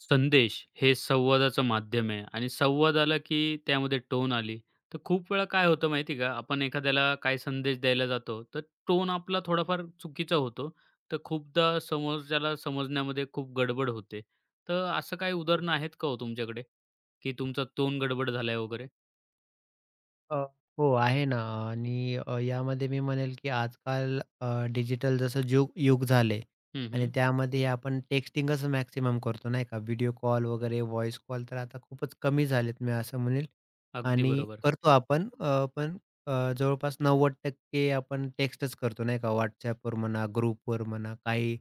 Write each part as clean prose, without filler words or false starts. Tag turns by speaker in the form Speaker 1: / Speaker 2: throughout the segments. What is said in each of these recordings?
Speaker 1: संदेश हे संवादाचं माध्यम आहे आणि संवाद आला की त्यामध्ये टोन आली. तर खूप वेळा काय होतं माहिती आहे का, आपण एखाद्याला काय संदेश द्यायला जातो, तर टोन आपला थोडाफार चुकीचा होतो. तर खूपदा समोरच्याला समजण्यामध्ये खूप गडबड होते. तर असं काही
Speaker 2: हो.
Speaker 1: उदाहरणं आहेत का हो तुमच्याकडे, की तुमचा टोन गडबड झालाय वगैरे?
Speaker 2: अ, हो आहे ना आणि यामध्ये मी म्हणेल की आजकाल डिजिटल जसं युग झाले
Speaker 1: हं,
Speaker 2: आणि
Speaker 1: हं.
Speaker 2: त्यामध्ये आपण टेक्स्टिंगच मॅक्सिमम करतो नाही का. व्हिडिओ कॉल वगैरे व्हॉईस कॉल तर आता खूपच कमी झालेत मी असं म्हणेल
Speaker 1: अगदी
Speaker 2: आणि
Speaker 1: बरोबर.
Speaker 2: करतो आपण अ, जवळपास 90% आपण टेक्स्टच करतो नाही का. WhatsAppवर म्हणा, ग्रुपवर म्हणा काही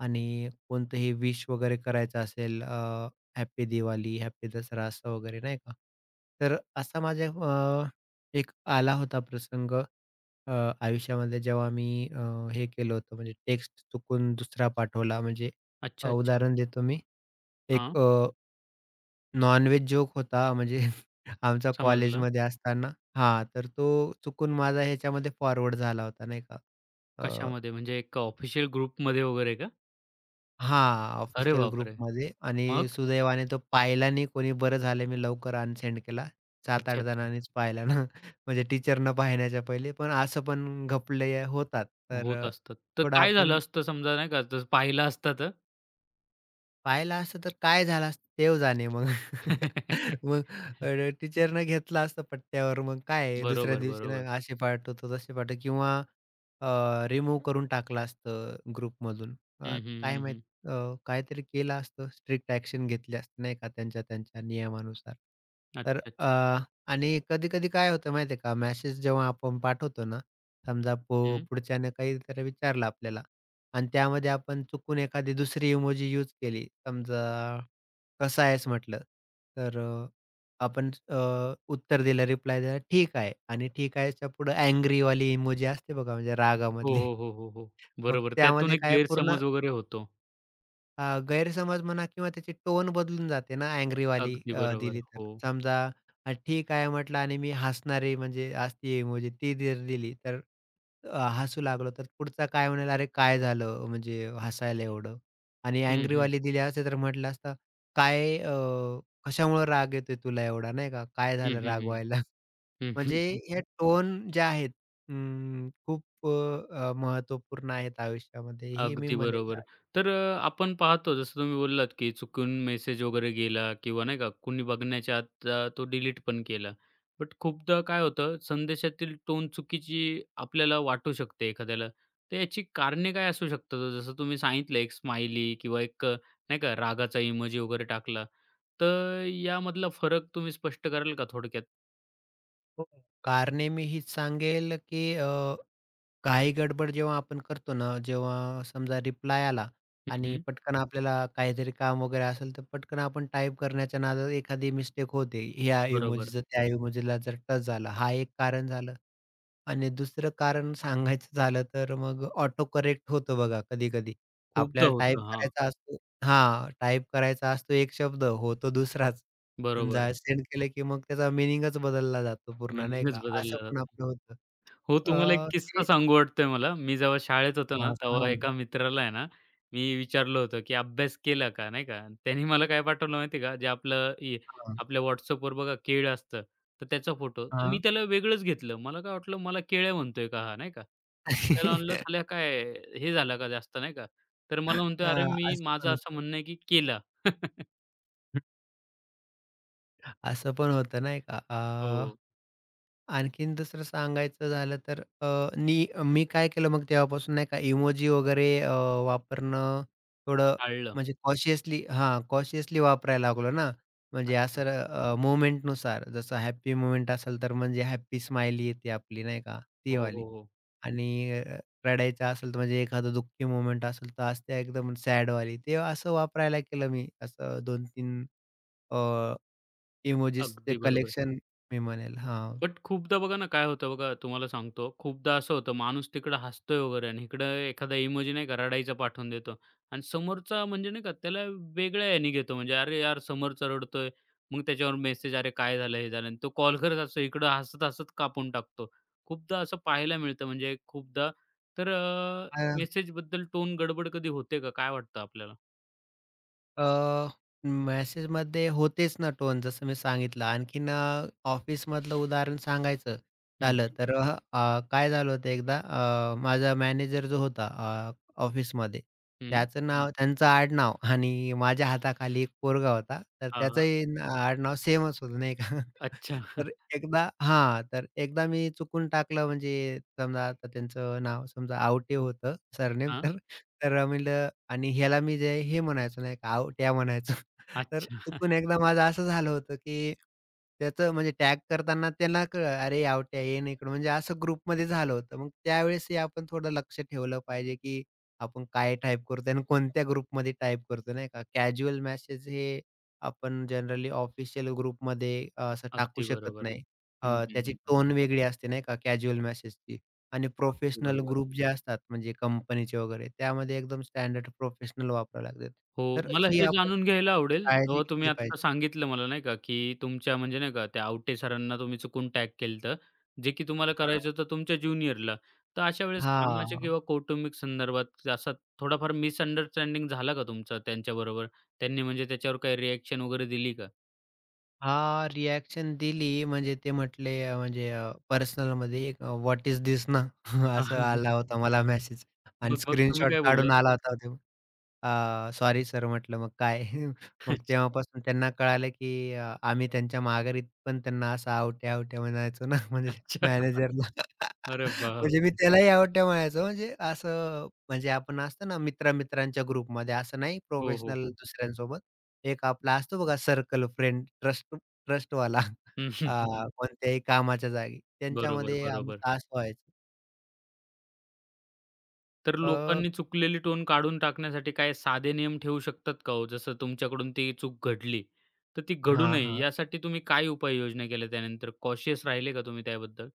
Speaker 2: आणि कोणतंही विश वगैरे करायचं असेल, दिवाळी, हॅपी दसरा असं वगैरे नाही का. तर असा माझ्या एक आला होता प्रसंग अ, आयुष्यामध्ये जेव्हा मी अ, हे केलं होतं, म्हणजे टेक्स्ट चुकून दुसरा पाठवला म्हणजे.
Speaker 1: अच्छा, अच्छा.
Speaker 2: उदाहरण देतो मी. एक
Speaker 1: हां,
Speaker 2: नॉन-व्हेज जोक होता म्हणजे आमचा
Speaker 1: समजलं.
Speaker 2: कॉलेजमध्ये असताना. हां, तर तो चुकून माझा ह्याच्यामध्ये फॉरवर्ड झाला होता नाही का.
Speaker 1: कशामध्ये म्हणजे एका ऑफिशियल ग्रुपमध्ये वगैरे का?
Speaker 2: हां,
Speaker 1: अरे
Speaker 2: ऑफिशियल
Speaker 1: बापरे!
Speaker 2: ग्रुपमध्ये, आणि
Speaker 1: मग?
Speaker 2: सुदैवाने तो पाहिला नाही कोणी. बरं झालं मी लवकर अनसेंड केला.
Speaker 1: अच्छा,
Speaker 2: 7-8
Speaker 1: अच्छा.
Speaker 2: जणांनीच पाहिला ना. म्हणजे टीचरनं पाहण्याच्या पहिले. पण असं पण घपले होतात. तर
Speaker 1: होत
Speaker 2: अ,
Speaker 1: असतात. तर
Speaker 2: थोडा
Speaker 1: काय झालं
Speaker 2: आपण
Speaker 1: असतं समजा नाही का, जर पाहिलं असतं तर?
Speaker 2: पाहिलं असतं तर काय झालं असतं देव जाणे मग. मग टीचरनं घेतलं असतं पट्ट्यावर, मग काय आहे दुसऱ्या
Speaker 1: बरोबर,
Speaker 2: दिवशी ना
Speaker 1: बरोबर.
Speaker 2: असे पाठवतो तसे पाठव किंवा रिमूव्ह करून टाकलं असतं ग्रुपमधून.
Speaker 1: हं, हं,
Speaker 2: काय
Speaker 1: हं,
Speaker 2: माहीत,
Speaker 1: हं.
Speaker 2: अ, काहीतरी केलं असतं, स्ट्रिक्ट ॲक्शन घेतली असती नाही का त्यांच्या त्यांच्या नियमानुसार.
Speaker 1: अच्छा,
Speaker 2: तर अ,
Speaker 1: अच्छा.
Speaker 2: आणि कधी-कधी काय होतं माहिती का, मेसेज जेव्हा आपण पाठवतो ना, समजा
Speaker 1: हं.
Speaker 2: पुढच्याने काहीतरी विचारलं आपल्याला. आणि त्यामध्ये आपण चुकून एखादी दुसरी इमोजी यूज केली. समजा, "कसा आहेस?" म्हटलं, तर अ, आपण उत्तर दिलं, रिप्लाय दिला, "ठीक आहे", आणि "ठीक आहेच्या" पुढे अँग्री वाली इमोजी असते बघा, म्हणजे
Speaker 1: हो,
Speaker 2: रागामधली.
Speaker 1: हो, हो, हो, हो.
Speaker 2: मग
Speaker 1: बरोबर. त्यातून
Speaker 2: त्यामध्ये
Speaker 1: एक
Speaker 2: काय पूर्ण
Speaker 1: गैरसमज वगैरे होतो.
Speaker 2: गैरसमज म्हणा किंवा त्याची टोन बदलून जाते ना अँग्रीवाली
Speaker 1: अगदी बरोबर.
Speaker 2: दिली तर.
Speaker 1: हो.
Speaker 2: समजा ठीक आहे म्हटलं आणि मी हसणारी म्हणजे असती इमोजी ती जर दिली तर हसू लागलो तर पुढचा काय म्हणेल, "अरे काय झालं म्हणजे हसायला एवढं?" आणि
Speaker 1: हं, हं.
Speaker 2: अँग्रीवाली दिली असते तर म्हटलं असतं, "काय कशामुळं राग येतोय तुला एवढा?" नाही का? "काय
Speaker 1: हं,
Speaker 2: झालं
Speaker 1: हं,
Speaker 2: राग
Speaker 1: हं.
Speaker 2: व्हायला?" म्हणजे ह्या टोन ज्या आहेत खूप महत्त्वपूर्ण आहेत आयुष्यामध्ये हे मी
Speaker 1: अगदी
Speaker 2: म्हणेल.
Speaker 1: बरोबर. तर आपण पाहतो जसं तुम्ही बोललात, की चुकून मेसेज वगैरे गेला किंवा नाही का कुणी बघण्याच्या आत तो डिलीट पण केला. बट खूपदा काय होतं संदेशातील टोन चुकीची आपल्याला वाटू शकते एखाद्याला. तर याची कारणे काय असू शकतात? जसं तुम्ही सांगितलं एक स्माइली किंवा एक नाही का रागाचा इमोजी वगैरे टाकला. तर यामधला फरक तुम्ही स्पष्ट कराल का थोडक्यात?
Speaker 2: हो, कारणे मी हीच सांगेल, की काही गडबड जेव्हा आपण करतो ना, जेव्हा समजा रिप्लाय आला आणि
Speaker 1: हं,
Speaker 2: पटकन आपल्याला काहीतरी काम वगैरे असेल, तर पटकन आपण टाइप करण्याच्या नादात एखादी मिस्टेक होते. ह्या
Speaker 1: बरोबर.
Speaker 2: इमोजीचा त्या इमोजीला जर टच झाला, हा एक कारण झालं. आणि दुसरं कारण सांगायचं झालं, तर मग ऑटो करेक्ट होतं बघा कधी-कधी.
Speaker 1: खूपदा
Speaker 2: आपल्याला टाइप
Speaker 1: होतं. हां,
Speaker 2: करायचा असतो, हां, टाइप करायचा असतो एक शब्द, होतो दुसराच.
Speaker 1: बरोबर.
Speaker 2: सेंड केलं की मग त्याचा मीनिंगच बदलला जातो पूर्ण नाही
Speaker 1: मिनिंगच
Speaker 2: का? असं
Speaker 1: बदलला.
Speaker 2: पण आपलं होतं.
Speaker 1: हो,
Speaker 2: अ,
Speaker 1: तुम्हाला एक किस्सा
Speaker 2: हे
Speaker 1: सांगू वाटतोय मला. मी जेव्हा शाळेत होतो ना,
Speaker 2: हां,
Speaker 1: तेव्हा
Speaker 2: सांगा ना.
Speaker 1: एका मित्राला आहे ना, मी विचारलं होतं, की "अभ्यास केला का?" नाही का. त्याने मला काय पाठवलं माहिती का, जे आपलं हे
Speaker 2: हां,
Speaker 1: आपल्या WhatsAppवर बघा केळं असतं, तर त्याचा फोटो. मी
Speaker 2: हां.
Speaker 1: त्याला वेगळंच घेतलं. मला काय वाटलं, मला केळ्या म्हणतोय का हा, नाही का. मी त्याला म्हणलं, "साल्या काय हे झाला का जास्त?" नाही का. तर मला म्हणतोय, "अरे
Speaker 2: हां,
Speaker 1: मी
Speaker 2: असं
Speaker 1: माझं
Speaker 2: पण
Speaker 1: असं
Speaker 2: होतं.
Speaker 1: म्हणणं आहे, की केला."
Speaker 2: असं पण होतं नाही का?
Speaker 1: हो,
Speaker 2: आणखीन दुसरं सांगायचं झालं तर नी मी काय केलं मग तेव्हापासून नाही का, इमोजी वगैरे वापरणं थोडं,
Speaker 1: टाळलं.
Speaker 2: म्हणजे कॉशियसली, हां, कॉशियसली वापरायला लागलो ना. म्हणजे
Speaker 1: अच्छा.
Speaker 2: असं मोमेंटनुसार, जसं हॅपी मोमेंट असेल तर म्हणजे हॅपी स्माइली येते आपली नाही का, ती
Speaker 1: हो,
Speaker 2: वाली.
Speaker 1: हो, हो.
Speaker 2: आणि अ, रडायचं असेल तर, म्हणजे एखादं दुःखी मोमेंट असेल तर असते एकदम सॅडवाली. ते असं वापरायला केलं मी. असं 2 तीन अ, ते
Speaker 1: अगदी बरोबर.
Speaker 2: कलेक्शन मी म्हणेल. हां.
Speaker 1: बट खूपदा बघा ना, काय होतं बघा, तुम्हाला सांगतो, खूपदा असं होतं माणूस तिकडं हसतोय वगैरे आणि इकडं एखादा इमोजी नाही का रडायचा पाठवून देतो आणि समोरचा म्हणजे नाही का त्याला वेगळ्या ह्यानी घेतो. म्हणजे "अरे यार, समोरचा रडतोय." मग त्याच्यावर मेसेज, "अरे काय झालं, हे झालं." आणि तो कॉल करत असतो, इकडं हसत-हसत कापून टाकतो. खूपदा असं पाहायला मिळतं म्हणजे खूपदा. तर मेसेजबद्दल टोन गडबड कधी होते का? काय वाटतं आपल्याला?
Speaker 2: अ, मेसेजमध्ये होतेच ना टोन, जसं मी सांगितलं. आणखीन ऑफिसमधलं उदाहरण सांगायचं झालं
Speaker 1: हं,
Speaker 2: तर अ, अ, काय झालं होतं एकदा, माझा मॅनेजर जो होता ऑफिसमध्ये,
Speaker 1: हं.
Speaker 2: त्याचं नाव त्यांचं आडनाव आणि माझ्या हाताखाली एक पोरगा होता. तर
Speaker 1: हां,
Speaker 2: त्याचंही न आडनाव सेमच होतं नाही का.
Speaker 1: अच्छा.
Speaker 2: तर एकदा, हां, तर एकदा मी चुकून टाकलं, म्हणजे समजा आता त्यांचं नाव समजा आवटे होतं सरनेम,
Speaker 1: हां.
Speaker 2: तर तर अ, म्हणलं, आणि ह्याला मी जे हे म्हणायचो नाही का, "आओ" त्या म्हणायचो. तर
Speaker 1: अच्छा.
Speaker 2: चुकून एकदा माझं असं झालं होतं, की त्याचं म्हणजे टॅग करताना त्यांना कळलं, "अरे, आवट्या ये ना इकडं." म्हणजे असं ग्रुपमध्ये झालं होतं. मग त्यावेळेसही आपण थोडं लक्ष ठेवलं पाहिजे, की आपण काय टाइप करतोय आणि कोणत्या ग्रुपमध्ये टाइप करतोय, नाही का. कॅज्युअल मेसेज हे आपण जनरली ऑफिशियल ग्रुपमध्ये असं टाकू
Speaker 1: अगदी
Speaker 2: शकत
Speaker 1: बरोबर.
Speaker 2: नाही.
Speaker 1: हं, हं,
Speaker 2: त्याची
Speaker 1: हं, हं.
Speaker 2: टोन वेगळी असते, नाही का, कॅज्युअल मेसेजची. आणि
Speaker 1: अगदी
Speaker 2: प्रोफेशनल
Speaker 1: बरोबर.
Speaker 2: ग्रुप जे असतात म्हणजे कंपनीचे वगैरे, त्यामध्ये एकदम स्टँडर्ड प्रोफेशनल वापरावे लागतात.
Speaker 1: हो,
Speaker 2: तर
Speaker 1: मला
Speaker 2: ही
Speaker 1: हे
Speaker 2: आपण
Speaker 1: जाणून घ्यायला आवडेल,
Speaker 2: काळजी
Speaker 1: जेव्हा तुम्ही
Speaker 2: घेतली पाहिजे.
Speaker 1: आत्ता सांगितलं मला नाही का, की तुमच्या म्हणजे नाही का त्या आवटे सरांना तुम्ही चुकून टॅग केलंत, जे की तुम्हाला
Speaker 2: हां.
Speaker 1: करायचं होतं तुमच्या ज्युनियरला. तर अशा वेळेस कामाच्या
Speaker 2: हां.
Speaker 1: किंवा कौटुंबिक संदर्भात असा थोडाफार मिसअंडरस्टँडिंग झाला का तुमचा त्यांच्याबरोबर? त्यांनी म्हणजे त्याच्यावर काही रिएक्शन वगैरे दिली का?
Speaker 2: हां, रिएक्शन दिली, म्हणजे ते म्हटले, म्हणजे पर्सनलमध्ये एक "व्हॉट इस दिस ना?"
Speaker 1: हां,
Speaker 2: असं आला
Speaker 1: हां.
Speaker 2: होता मला मेसेज आणि
Speaker 1: मग मग तुम्ही
Speaker 2: स्क्रीनशॉट
Speaker 1: काय
Speaker 2: काढून
Speaker 1: बोललात?
Speaker 2: आला होता. "सॉरी सर" म्हटलं, "मग काय?" मग तेव्हापासून त्यांना कळालं, की आम्ही त्यांच्या माघारी पण त्यांना असं आवट्या-आवट्या म्हणायचो ना, म्हणजे
Speaker 1: अच्छा, अच्छा.
Speaker 2: मॅनेजरला.
Speaker 1: अरे
Speaker 2: म्हणजे मी
Speaker 1: बाप!
Speaker 2: त्यालाही आवट्या म्हणायचो, म्हणजे असं, म्हणजे आपण असतो ना मित्र-मित्रांच्या ग्रुपमध्ये, असं नाही
Speaker 1: हो, हो,
Speaker 2: प्रोफेशनल
Speaker 1: हो.
Speaker 2: दुसऱ्यांसोबत. एक आपला असतो बघा सर्कल फ्रेंड, ट्रस्ट ट्रस्टवाला,
Speaker 1: हं, हं,
Speaker 2: अ,
Speaker 1: हं,
Speaker 2: कोणत्याही कामाच्या जागी,
Speaker 1: बरोबर,
Speaker 2: त्यांच्यामध्ये
Speaker 1: बरोबर.
Speaker 2: आमचं असं व्हायचं.
Speaker 1: तर
Speaker 2: अ
Speaker 1: लोकांनी चुकलेली टोन काढून टाकण्यासाठी काय साधे नियम ठेवू शकतात का हो? जसं तुमच्याकडून ती चूक घडली, तर ती घडू
Speaker 2: हां,
Speaker 1: नये
Speaker 2: हां.
Speaker 1: यासाठी तुम्ही काय उपाययोजना केल्या त्यानंतर? कॉशियस राहिले का तुम्ही त्याबद्दल?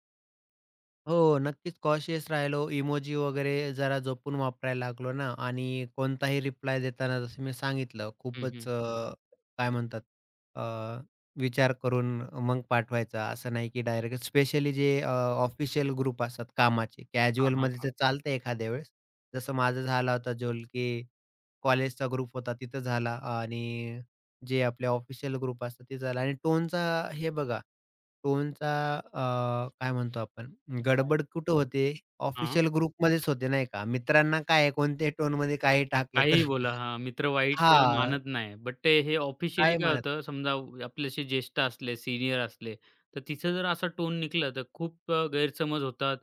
Speaker 2: हो, नक्कीच कॉशियस राहिलो. इमोजी वगैरे जरा जपून वापरायला लागलो ना, आणि कोणताही रिप्लाय देताना जसं मी सांगितलं
Speaker 1: हं, हं.
Speaker 2: खूपच, काय म्हणतात, अ, विचार करून मग पाठवायचा. असं नाही की डायरेक्ट, स्पेशली जे ऑफिशियल ग्रुप असतात कामाचे,
Speaker 1: हां, हां,
Speaker 2: कॅज्युअलमध्ये
Speaker 1: हां.
Speaker 2: तर चालतं एखाद्या वेळेस. जसं माझं झाला होता जोल, की कॉलेजचा ग्रुप होता तिथं झाला आणि जे आपले ऑफिशियल ग्रुप असतात ते झालं आणि टोनचा, हे बघा, टोनचा, काय म्हणतो आपण,
Speaker 1: काय?
Speaker 2: गडबड कुठं होते?
Speaker 1: हां.
Speaker 2: ऑफिशियल ग्रुपमध्येच होते नाही का? मित्रांना काय आहे, कोणत्याही टोनमध्ये काही टाकलं तर.
Speaker 1: काहीही बोला. हां, मित्र वाईट
Speaker 2: हां,
Speaker 1: मानत नाही. बट ते हे ऑफिशियली
Speaker 2: काय
Speaker 1: काय
Speaker 2: मानत.
Speaker 1: होतं समजा आपल्याशी ज्येष्ठ असले, सीनियर असले, तर तिथं जर असा टोन निघाला तर खूप गैरसमज होतात,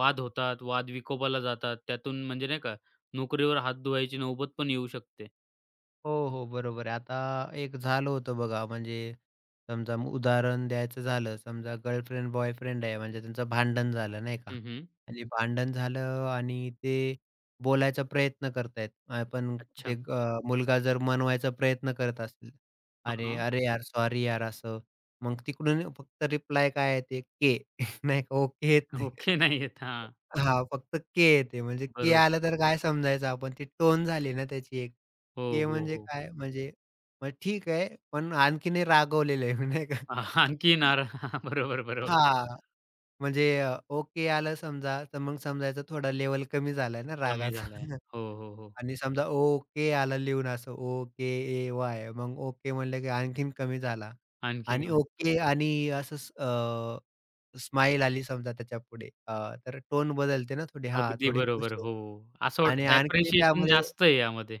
Speaker 1: वाद होतात, वाद विकोपाला जातात. त्यातून म्हणजे नाही का नोकरीवर हात धुवायची नौबत पण येऊ शकते.
Speaker 2: हो, हो. बरोबर आहे. आता एक झालं होतं बघा, म्हणजे समजा, उदाहरण द्यायचं झालं, समजा गर्लफ्रेंड, बॉयफ्रेंड आहे, म्हणजे त्यांचं भांडण झालं नाही का?
Speaker 1: हं, हं.
Speaker 2: आणि भांडण झालं आणि ते बोलायचा प्रयत्न करतायत. पण ते
Speaker 1: अच्छा.
Speaker 2: मुलगा जर मनवायचा प्रयत्न करत असेल,
Speaker 1: हां,
Speaker 2: "अरे,
Speaker 1: हां.
Speaker 2: अरे यार, सॉरी यार," असं. मग तिकडून फक्त रिप्लाय काय येते? "के." नाही का, ओके येत नाही.
Speaker 1: ओके नाही आहेत. हां.
Speaker 2: हां, फक्त के येते. म्हणजे के
Speaker 1: बरोबर.
Speaker 2: आलं तर काय समजायचं आपण? ती टोन झाली ना त्याची एक.
Speaker 1: हो,
Speaker 2: ते
Speaker 1: हो,
Speaker 2: म्हणजे
Speaker 1: हो.
Speaker 2: काय, म्हणजे मग ठीक आहे, पण आणखीनही रागवलेलं आहे नाही का?
Speaker 1: हां, आणखी नारा हां, बरोबर, बरोबर.
Speaker 2: हां, म्हणजे ओके आलं समजा, तर मग समजायचं थोडा लेव्हल कमी झालाय ना
Speaker 1: कमी
Speaker 2: रागाचा.
Speaker 1: झालाय. हो, हो, हो.
Speaker 2: आणि समजा ओके आलं लिहून असं, ओके, ए, वाय, मग ओके म्हणलं की आणखीन कमी झाला.
Speaker 1: आणखी
Speaker 2: आणि
Speaker 1: कमी.
Speaker 2: ओके, आणि असं आली समजा त्याच्यापुढे, तर टोन बदलते ना थोडी, हां,
Speaker 1: अगदी
Speaker 2: थोडी
Speaker 1: बरोबर.
Speaker 2: खुश आहे.
Speaker 1: हो. हो. असं
Speaker 2: आणि
Speaker 1: वाटतं
Speaker 2: आणखीन
Speaker 1: अप्रिशिएशन
Speaker 2: त्यामध्ये,
Speaker 1: जास्त आहे यामध्ये.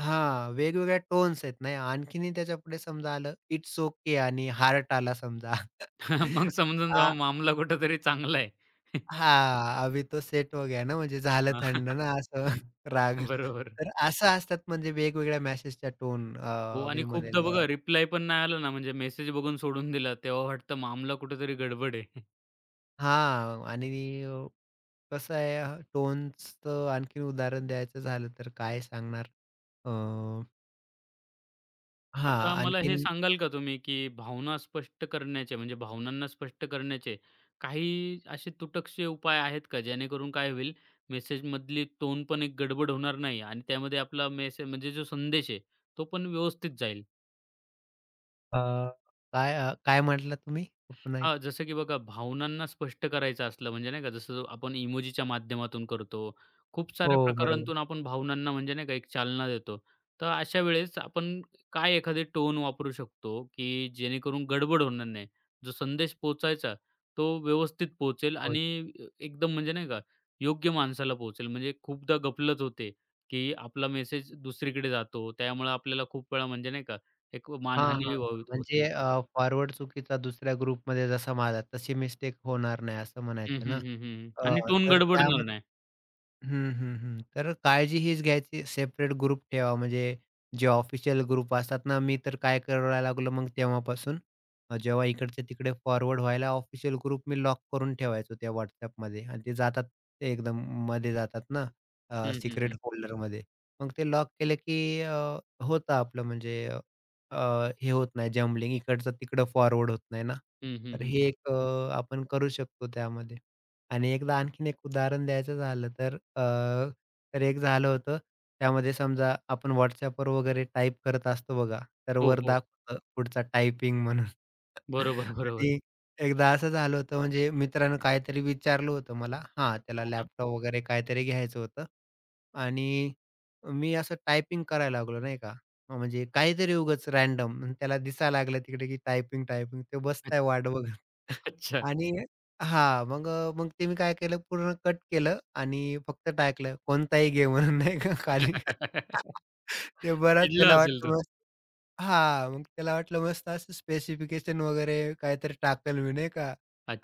Speaker 2: हां, वेगवेगळ्या टोन्स आहेत नाही. आणखीनही त्याच्यापुढे समजा आलं, इट्स ओके आणि हार्ट आला समजा.
Speaker 1: मग समजून
Speaker 2: आ
Speaker 1: जावं मामला कुठेतरी चांगला आहे.
Speaker 2: हां, अभी तो सेट हो गया ना, म्हणजे झालं
Speaker 1: हां,
Speaker 2: थंड ना असं राग.
Speaker 1: बरोबर.
Speaker 2: तर असं असतात म्हणजे वेगवेगळ्या मेसेजच्या टोन,
Speaker 1: हो
Speaker 2: अ,
Speaker 1: आणि
Speaker 2: मी
Speaker 1: खूपदा
Speaker 2: म्हणेल
Speaker 1: बघा
Speaker 2: अ,
Speaker 1: रिप्लाय पण नाही आला ना, म्हणजे मेसेज बघून सोडून दिला, तेव्हा वाटतं मामला कुठेतरी गडबड आहे.
Speaker 2: हां, आणि अ, कसं आहे टोन्सचं आणखीन उदाहरण द्यायचं झालं तर काय सांगणार? अ, हां,
Speaker 1: आता मला हे
Speaker 2: आणखीन
Speaker 1: सांगाल का तुम्ही, की भावना स्पष्ट करण्याचे म्हणजे भावनांना स्पष्ट करण्याचे काही असे तुटकसे उपाय आहेत का? जेणेकरून काय होईल मेसेजमधली टोन पण एक गडबड होणार नाही आणि त्यामध्ये आपला मेसेज म्हणजे जो संदेश आहे, तो पण व्यवस्थित जाईल?
Speaker 2: अ, काय, काय म्हटलात तुम्ही? पुन्हा एक.
Speaker 1: हां, जसं की बघा भावनांना स्पष्ट करायचं असलं म्हणजे नाही का जसं आपण इमोजीच्या माध्यमातून करतो. खूप साऱ्या
Speaker 2: हो, बरोबर.
Speaker 1: प्रकारांतून आपण भावनांना म्हणजे नाही का एक चालना देतो. तर अशा वेळेस आपण काय एखादे टोन वापरू शकतो, की जेणेकरून गडबड होणार नाही. जो संदेश पोहोचायचा तो व्यवस्थित पोहोचेल
Speaker 2: हो.
Speaker 1: आणि एकदम म्हणजे नाही का योग्य माणसाला पोहोचेल. म्हणजे खूपदा गफलत होते, की आपला मेसेज दुसरीकडे जातो. त्यामुळे आपल्याला खूप वेळा म्हणजे नाही का एक
Speaker 2: हां,
Speaker 1: मानहानी
Speaker 2: हां, हां. म्हणजे
Speaker 1: होते.
Speaker 2: फॉरवर्ड चुकीचा दुसऱ्या ग्रुपमध्ये जसा माझा, तशी मिस्टेक होणार नाही असं
Speaker 1: हं,
Speaker 2: म्हणायचं
Speaker 1: हं,
Speaker 2: ना?
Speaker 1: हं, हं.
Speaker 2: अ,
Speaker 1: आणि टोन
Speaker 2: तर
Speaker 1: गडबडणार नाही.
Speaker 2: त्यामध्ये, हं, हं, हं. तर काळजी हीच घ्यायची, सेपरेट ग्रुप ठेवा. म्हणजे जे ऑफिशियल ग्रुप असतात ना, मी तर काय करायला लागलो मग तेव्हापासून, जेव्हा इकडचे-तिकडे फॉरवर्ड व्हायला, ऑफिशियल ग्रुप मी लॉक करून ठेवायचो त्या WhatsAppमध्ये आणि ते जातात, ते एकदम मध्ये जातात ना
Speaker 1: हं, हं,
Speaker 2: सिक्रेट
Speaker 1: हं.
Speaker 2: फोल्डरमध्ये. मग ते लॉक केलं की, होतं आपलं, म्हणजे हे होत नाही, जम्बलिंग इकडचं तिकडं फॉरवर्ड होत नाही ना.
Speaker 1: हं, हं,
Speaker 2: तर
Speaker 1: हं.
Speaker 2: हे
Speaker 1: हं.
Speaker 2: एक आपण करू शकतो त्यामध्ये. आणि एकदा आणखीन एक उदाहरण द्यायचं झालं तर तर एक झालं होतं त्यामध्ये, समजा आपण WhatsAppवर वगैरे टाइप करत असतो बघा, तर
Speaker 1: हो,
Speaker 2: वर
Speaker 1: हो.
Speaker 2: दाखवतं पुढचा टायपिंग म्हणून.
Speaker 1: बरोबर, बरोबर.
Speaker 2: आणि एकदा असं झालं होतं, म्हणजे मित्रानं काहीतरी विचारलं होतं मला. हां,
Speaker 1: हां,
Speaker 2: त्याला
Speaker 1: हां.
Speaker 2: लॅपटॉप वगैरे काहीतरी घ्यायचं होतं, आणि मी असं टायपिंग करायला लागलो नाही का. म्हणजे काहीतरी उगाच रॅन्डम त्याला दिसायला लागलं तिकडे की टायपिंग, टायपिंग तो बसलाय वाट बघत.
Speaker 1: अच्छा.
Speaker 2: आणि हां, मग मग ते मी काय केलं, पूर्ण कट केलं आणि फक्त टाकलं कोणताही घे म्हणून नाही का खाली. ते बराच
Speaker 1: चिडला
Speaker 2: त्याला
Speaker 1: असेल तो.
Speaker 2: वाटलं, हां, मग त्याला वाटलं मस्त असं स्पेसिफिकेशन वगैरे काहीतरी टाकेल मी नाही का?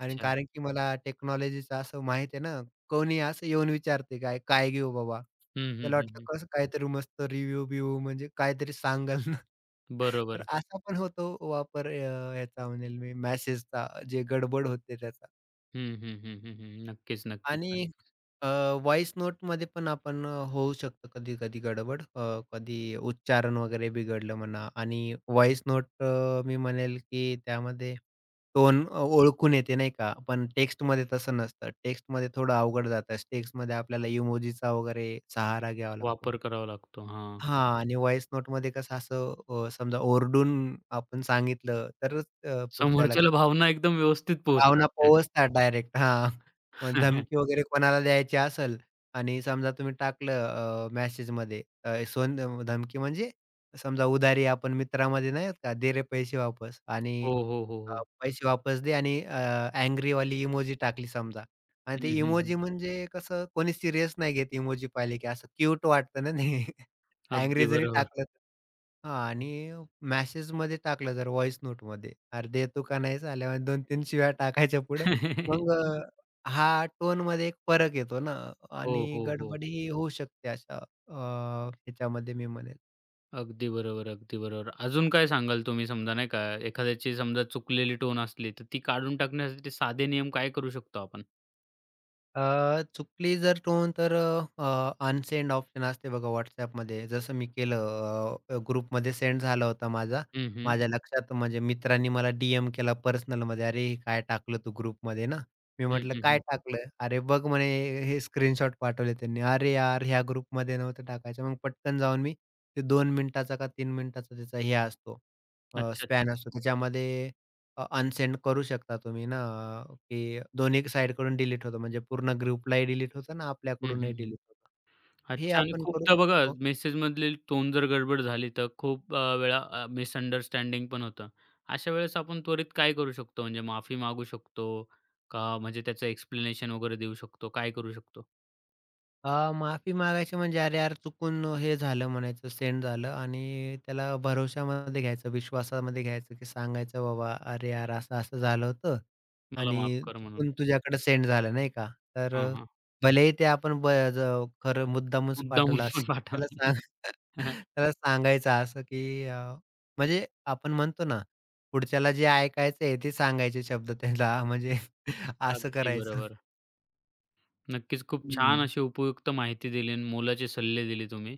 Speaker 2: आणि कारण की मला टेक्नॉलॉजीचं असं माहीत आहे ना, कोणी असं येऊन विचारते काय, "काय घेऊ बाबा?"
Speaker 1: हं, हं,
Speaker 2: त्याला
Speaker 1: हं,
Speaker 2: वाटलं
Speaker 1: हं.
Speaker 2: कसं काहीतरी मस्त रिव्ह्यू-बिव्ह्यू म्हणजे काहीतरी सांगाल ना. तर
Speaker 1: बरोबर.
Speaker 2: असा पण होतो वापर ह्याचा म्हणेल मी, मेसेजचा, जे गडबड होते त्याचा.
Speaker 1: हं, हं, हं, हं, हं. नक्कीच, नक्कीच,
Speaker 2: आणि
Speaker 1: नक्कीच.
Speaker 2: अ, व्हॉईस नोटमध्ये पण आपण होऊ शकतं कधी-कधी गडबड. कधी उच्चारण वगैरे बिघडलं म्हणा, आणि व्हॉईस नोट मी म्हणेल की त्यामध्ये टोन ओळखून येते नाही का? पण टेक्स्टमध्ये तसं नसतं. टेक्स्टमध्ये थोडं अवघड जातं. टेक्स्टमध्ये आपल्याला इमोजीचा वगैरे सहारा घ्यावा लागतो.
Speaker 1: वापर करावा लागतो. हां.
Speaker 2: हां, आणि व्हॉईस नोटमध्ये कसं असं समजा ओरडून आपण सांगितलं तरच पुढच्याला
Speaker 1: समोरच्याला भावना एकदम व्यवस्थित पोहोचतात
Speaker 2: भावना
Speaker 1: त्या.
Speaker 2: पोहोचतात डायरेक्ट. हां. मग धमकी वगैरे कोणाला द्यायची असेल आणि समजा तुम्ही टाकलं मेसेजमध्ये, अ, सोन धमकी, म्हणजे समजा उधारी आपण मित्रामध्ये नाही होत का, "दे रे पैसे वापस"
Speaker 1: हो,
Speaker 2: आणि
Speaker 1: हो, हो, हो.
Speaker 2: पैसे वापस दे, आणि वाली इमोजी टाकली समजा, आणि
Speaker 1: हं,
Speaker 2: ते
Speaker 1: हं, हं.
Speaker 2: इमोजी म्हणजे कसं, कोणी सीरियस नाही घेत इमोजी पाहिले की, असं क्यूट वाटतं ना ते. अँग्री
Speaker 1: अगदी
Speaker 2: जरी
Speaker 1: बरोबर.
Speaker 2: टाकलं, हां, आणि मेसेजमध्ये टाकलं, जर व्हॉइस नोटमध्ये "अरे देतो का नाहीस?" आल्यावर 2-3 शिव्या टाकायच्या पुढं. मग अ, हा टोनमध्ये एक फरक येतो ना,
Speaker 1: हो,
Speaker 2: आणि
Speaker 1: हो, हो.
Speaker 2: गडबडही होऊ शकते अशा ह्याच्यामध्ये मी म्हणेल.
Speaker 1: अगदी बरोबर, अगदी बरोबर. अजून काय सांगाल तुम्ही समजा नाही का, एखाद्याची समजा चुकलेली टोन असली, तर ती काढून टाकण्यासाठी साधे नियम काय करू शकतो आपण?
Speaker 2: चुकली जर टोन, तर अनसेंड ऑप्शन असते बघा WhatsAppमध्ये. जसं मी केलं, ग्रुपमध्ये सेंड झाला होता माझा.
Speaker 1: हं, हं.
Speaker 2: माझ्या लक्षात, म्हणजे मित्रांनी मला डी-एम केला पर्सनलमध्ये, "अरे हे काय टाकलं तू ग्रुपमध्ये ना?" मी
Speaker 1: हं,
Speaker 2: म्हटलं,
Speaker 1: हं, हं.
Speaker 2: "काय टाकलं?" "अरे बघ," म्हणे, "हे स्क्रीनशॉट पाठवले त्यांनी." "अरे यार, ह्या ग्रुपमध्ये नव्हतं टाकायचं." मग पटकन जाऊन मी, ते 2 मिनिटाचा का 3 मिनिटाचा त्याचा, हे असतो
Speaker 1: अच्छा.
Speaker 2: स्पॅन असतो. त्याच्यामध्ये अनसेंड करू शकता तुम्ही ना, की दोन्ही साइडकडून डिलीट होतं, म्हणजे पूर्ण ग्रुपलाही डिलीट होतं ना,
Speaker 1: हं,
Speaker 2: आपल्याकडूनही
Speaker 1: हं, हं.
Speaker 2: डिलीट होतं. हे
Speaker 1: अच्छा आणि
Speaker 2: आपण करू
Speaker 1: खूपदा बघा
Speaker 2: शकतो.
Speaker 1: मेसेजमधली टोन जर गडबड झाली, तर खूप वेळा मिसअंडरस्टँडिंग पण होतं. अशा वेळेस आपण त्वरित काय करू शकतो? म्हणजे माफी मागू शकतो का? म्हणजे त्याचं एक्सप्लेनेशन वगैरे देऊ शकतो? काय करू शकतो?
Speaker 2: माफी मागायची म्हणजे, अरे यार चुकून हे झालं म्हणायचं, सेंड झालं, आणि त्याला भरवशामध्ये घ्यायचं, विश्वासामध्ये घ्यायचं, की सांगायचं बाबा, "अरे यार असं-असं झालं होतं
Speaker 1: मला माफ
Speaker 2: आणि
Speaker 1: कर म्हणून.
Speaker 2: चुकून तुझ्याकडे सेंड झालं." नाही का? तर
Speaker 1: हां,
Speaker 2: अ,
Speaker 1: हां.
Speaker 2: भलेही ते आपण ब ज खरं मुद्दामच
Speaker 1: मुद्दामून
Speaker 2: पाठवलं
Speaker 1: पण
Speaker 2: असेल, त्याला
Speaker 1: पाठवलं.
Speaker 2: सांग त्याला सांगायचं असं, की म्हणजे आपण म्हणतो ना, पुढच्याला जे ऐकायचंय ते सांगायचे शब्द त्याला म्हणजे असं
Speaker 1: अगदी
Speaker 2: करायचं.
Speaker 1: बरोबर. नक्कीच. खूप छान
Speaker 2: हं.
Speaker 1: अशी उपयुक्त माहिती दिली आणि मोलाचे सल्ले दिले तुम्ही.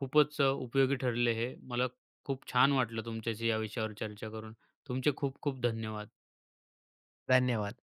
Speaker 1: खूपच उपयोगी ठरले हे. मला खूप छान वाटलं तुमच्याशी या विषयावर चर्चा करून. तुमचे खूप खूप धन्यवाद.
Speaker 2: धन्यवाद.